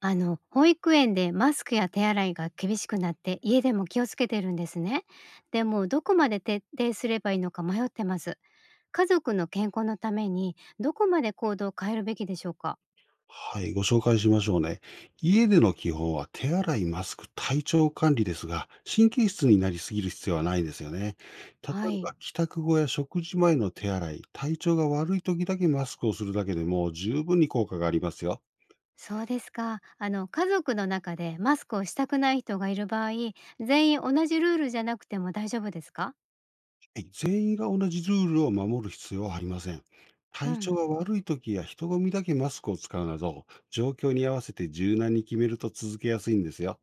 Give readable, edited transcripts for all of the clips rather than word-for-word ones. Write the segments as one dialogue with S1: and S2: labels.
S1: あの、保育園でマスクや手洗いが厳しくなって、家でも気をつけてるんですね。でも、どこまで徹底すればいいのか迷ってます。家族の健康のために、どこまで行動を変えるべきでしょうか？
S2: はい、ご紹介しましょうね。家での基本は手洗い、マスク、体調管理ですが、神経質になりすぎる必要はないんですよね。例
S1: は
S2: え
S1: い。
S2: ば、帰宅後や食事前の手洗い、体調が悪い時だけマスクをするだけでも十分に効果がありますよ。
S1: そうですか。あの、家族の中でマスクをしたくない人がいる場合、全員同じルールじゃなくても大丈夫ですか？
S2: はい、全員が同じルールを守る必要はありません。
S1: う
S2: 体調
S1: ん。
S2: が悪い時や人混みだけマスクを使うなど、状況に合わせて柔軟に決めると続けやすいんですよ。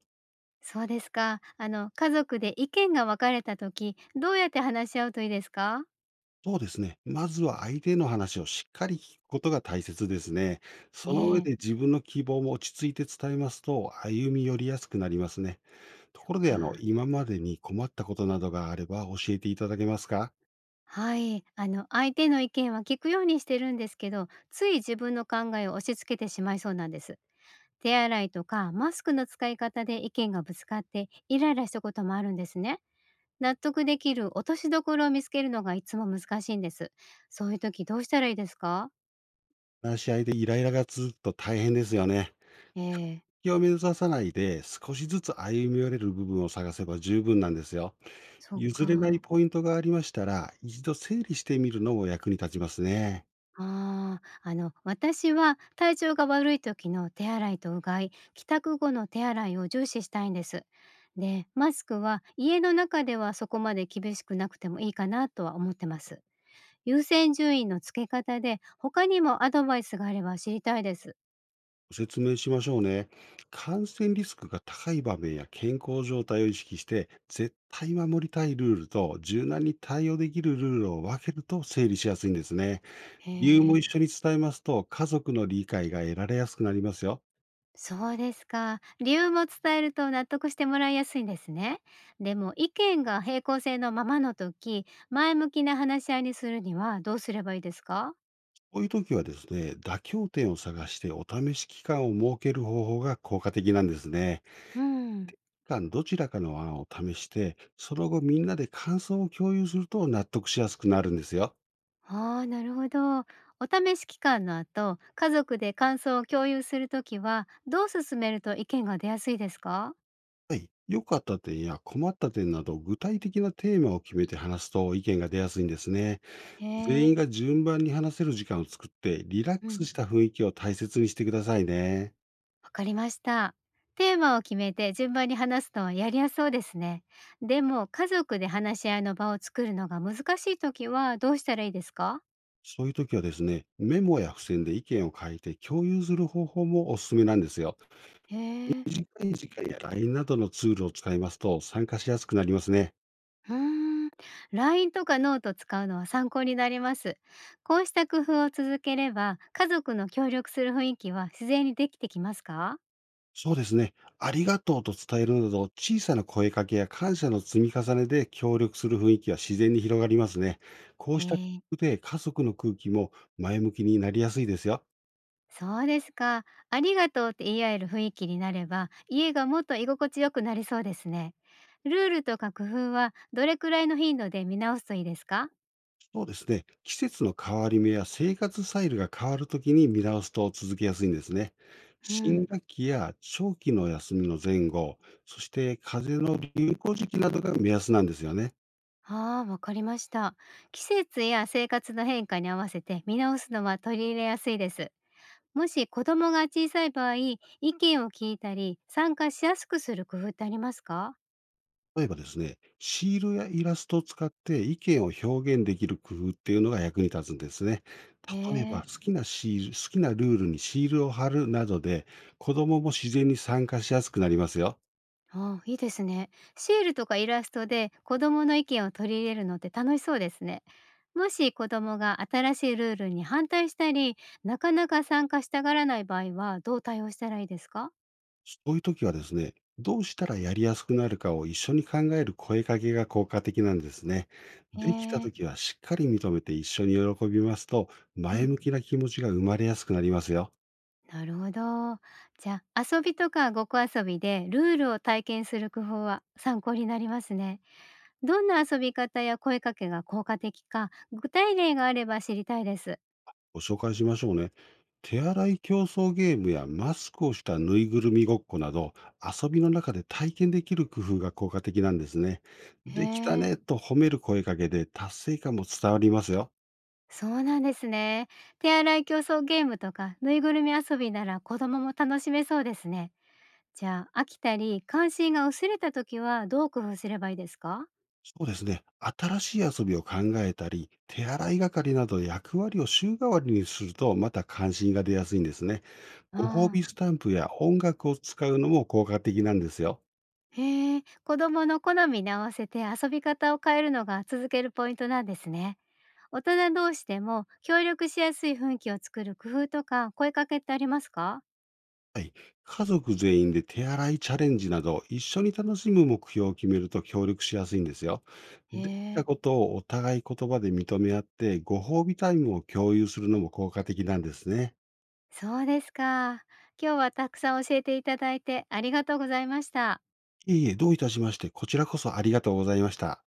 S1: そうですか。あの、家族で意見が分かれた時、どうやって話し合うといいですか？
S2: そうですね。まずは相手の話をしっかり聞くことが大切ですね。その上
S1: ね
S2: で
S1: え。
S2: 自分の希望も落ち着いて伝えますと、歩み寄りやすくなりますね。と
S1: そっ
S2: ころで、
S1: か。
S2: 今までに困ったことなどがあれば教えていただけますか？
S1: はい、あの相手の意見は聞くようにしてるんですけど、つい自分の考えを押し付けてしまいそうなんです。手洗いとかマスクの使い方で意見がぶつかってイライラしたこともあるんですね。納得できる落としどころを見つけるのがいつも難しいんです。そういう時どうしたらいいですか？
S2: 話し合いでイライラが続くと大変ですよね。
S1: ええ。
S2: 気を目指さないで、少しずつ歩み寄れる部分を探せば十分なんですよ。
S1: そっ
S2: 譲れない
S1: か。
S2: ポイントがありましたら、一度整理してみるのも役に立ちますね。
S1: ああ、あの、私は体調が悪い時の手洗いとうがい、帰宅後の手洗いを重視したいんです。で、マスクは家の中ではそこまで厳しくなくてもいいかなとは思ってます。優先順位の付け方で他にもアドバイスがあれば知りたいです。
S2: ご説明しましょうね。感染リスクが高い場面や健康状態を意識して、絶対守りたいルールと柔軟に対応できるルールを分けると整理しやすいんですね。
S1: へ
S2: 理由も
S1: え、
S2: 一緒に伝えますと、家族の理解が得られやすくなりますよ。
S1: そうですか。理由も伝えると納得してもらいやすいんですね。でも意見が平行性のままの時、前向きな話し合いにするにはどうすればいいですか？
S2: こういう時はですね、妥協点を探してお試し期間を設ける方法が効果的なんですね。
S1: うん。
S2: 期間どちらかの案を試して、その後みんなで感想を共有すると納得しやすくなるんですよ。
S1: ああ、なるほど。お試し期間の後、家族で感想を共有するときは、どう進めると意見が出やすいですか？
S2: はい。良かった点や困った点など、具体的なテーマを決めて話すと意見が出やすいんですね。
S1: へ
S2: 全
S1: え、
S2: 員が順番に話せる時間を作って、リラッ
S1: う
S2: ク
S1: ん、
S2: スした雰囲気を大切にしてくださいね。
S1: わかりました。テーマを決めて順番に話すのはやりやすそうですね。でも、家族で話し合いの場を作るのが難しいときはどうしたらいいですか？
S2: そういう時はですね、メモや付箋で意見を書いて共有する方法もおすすめなんですよ。
S1: へえ、
S2: 短い時間や LINE などのツールを使いますと参加しやすくなりますね。
S1: うーん、LINE とかノート使うのは参考になります。こうした工夫を続ければ、家族の協力する雰囲気は自然にできてきますか？
S2: そうですね。ありがとうと伝えるなど、小さな声かけや感謝の積み重ねで協力する雰囲気は自然に広がりますね。こ
S1: え
S2: うした工
S1: え、
S2: 夫で家族の空気も前向きになりやすいですよ。
S1: そうですか。ありがとうって言い合える雰囲気になれば、家がもっと居心地よくなりそうですね。ルールとか工夫はどれくらいの頻度で見直すといいですか？
S2: そうですね。季節の変わり目や生活スタイルが変わるときに見直すと続けやすいんですね。
S1: う
S2: 新
S1: ん、
S2: 学期や長期の休みの前後、そして風邪の流行時期などが目安なんですよね。
S1: ああ、わかりました。季節や生活の変化に合わせて見直すのは取り入れやすいです。もし子供が小さい場合、意見を聞いたり参加しやすくする工夫ってありますか？
S2: 例えばですね、シールやイラストを使って意見を表現できる工夫っていうのが役に立つんですね。
S1: へ
S2: 例えば、
S1: え。
S2: 好きなシール、好きなルールにシールを貼るなどで、子供も自然に参加しやすくなりますよ。
S1: ああ、いいですね。シールとかイラストで子供の意見を取り入れるのって楽しそうですね。もし子供が新しいルールに反対したり、なかなか参加したがらない場合はどう対応したらいいですか？
S2: そういう時はですね、どうしたらやりやすくなるかを一緒に考える声かけが効果的なんですね。
S1: へ
S2: できた
S1: え、
S2: 時はしっかり認めて一緒に喜びますと、
S1: う
S2: 前
S1: ん、
S2: 向きな気持ちが生まれやすくなりますよ。
S1: なるほど。じゃあ遊びとかごっこ遊びでルールを体験する工夫は参考になりますね。どんな遊び方や声かけが効果的か、具体例があれば知りたいです。
S2: ご紹介しましょうね。手洗い競争ゲームやマスクをしたぬいぐるみごっこなど、遊びの中で体験できる工夫が効果的なんですね。
S1: へ
S2: できた
S1: え。
S2: ねと褒める声かけで達成感も伝わりますよ。
S1: そうなんですね。手洗い競争ゲームとかぬいぐるみ遊びなら子供も楽しめそうですね。じゃあ飽きたり関心が薄れた時はどう工夫すればいいですか？
S2: そうですね。新しい遊びを考えたり、手洗い係など役割を週替わりにすると、また関心が出やすいんですね。ご褒
S1: あ
S2: 美
S1: あ、
S2: スタンプや音楽を使うのも効果的なんですよ。
S1: へえ、子供の好みに合わせて遊び方を変えるのが続けるポイントなんですね。大人同士でも協力しやすい雰囲気を作る工夫とか声かけってありますか？
S2: はい。家族全員で手洗いチャレンジなど、一緒に楽しむ目標を決めると協力しやすいんですよ。
S1: へ
S2: できた
S1: え、
S2: ことをお互い言葉で認め合って、ご褒美タイムを共有するのも効果的なんですね。
S1: そうですか。今日はたくさん教えていただいてありがとうございました。
S2: いえいえ、どういたしまして、こちらこそありがとうございました。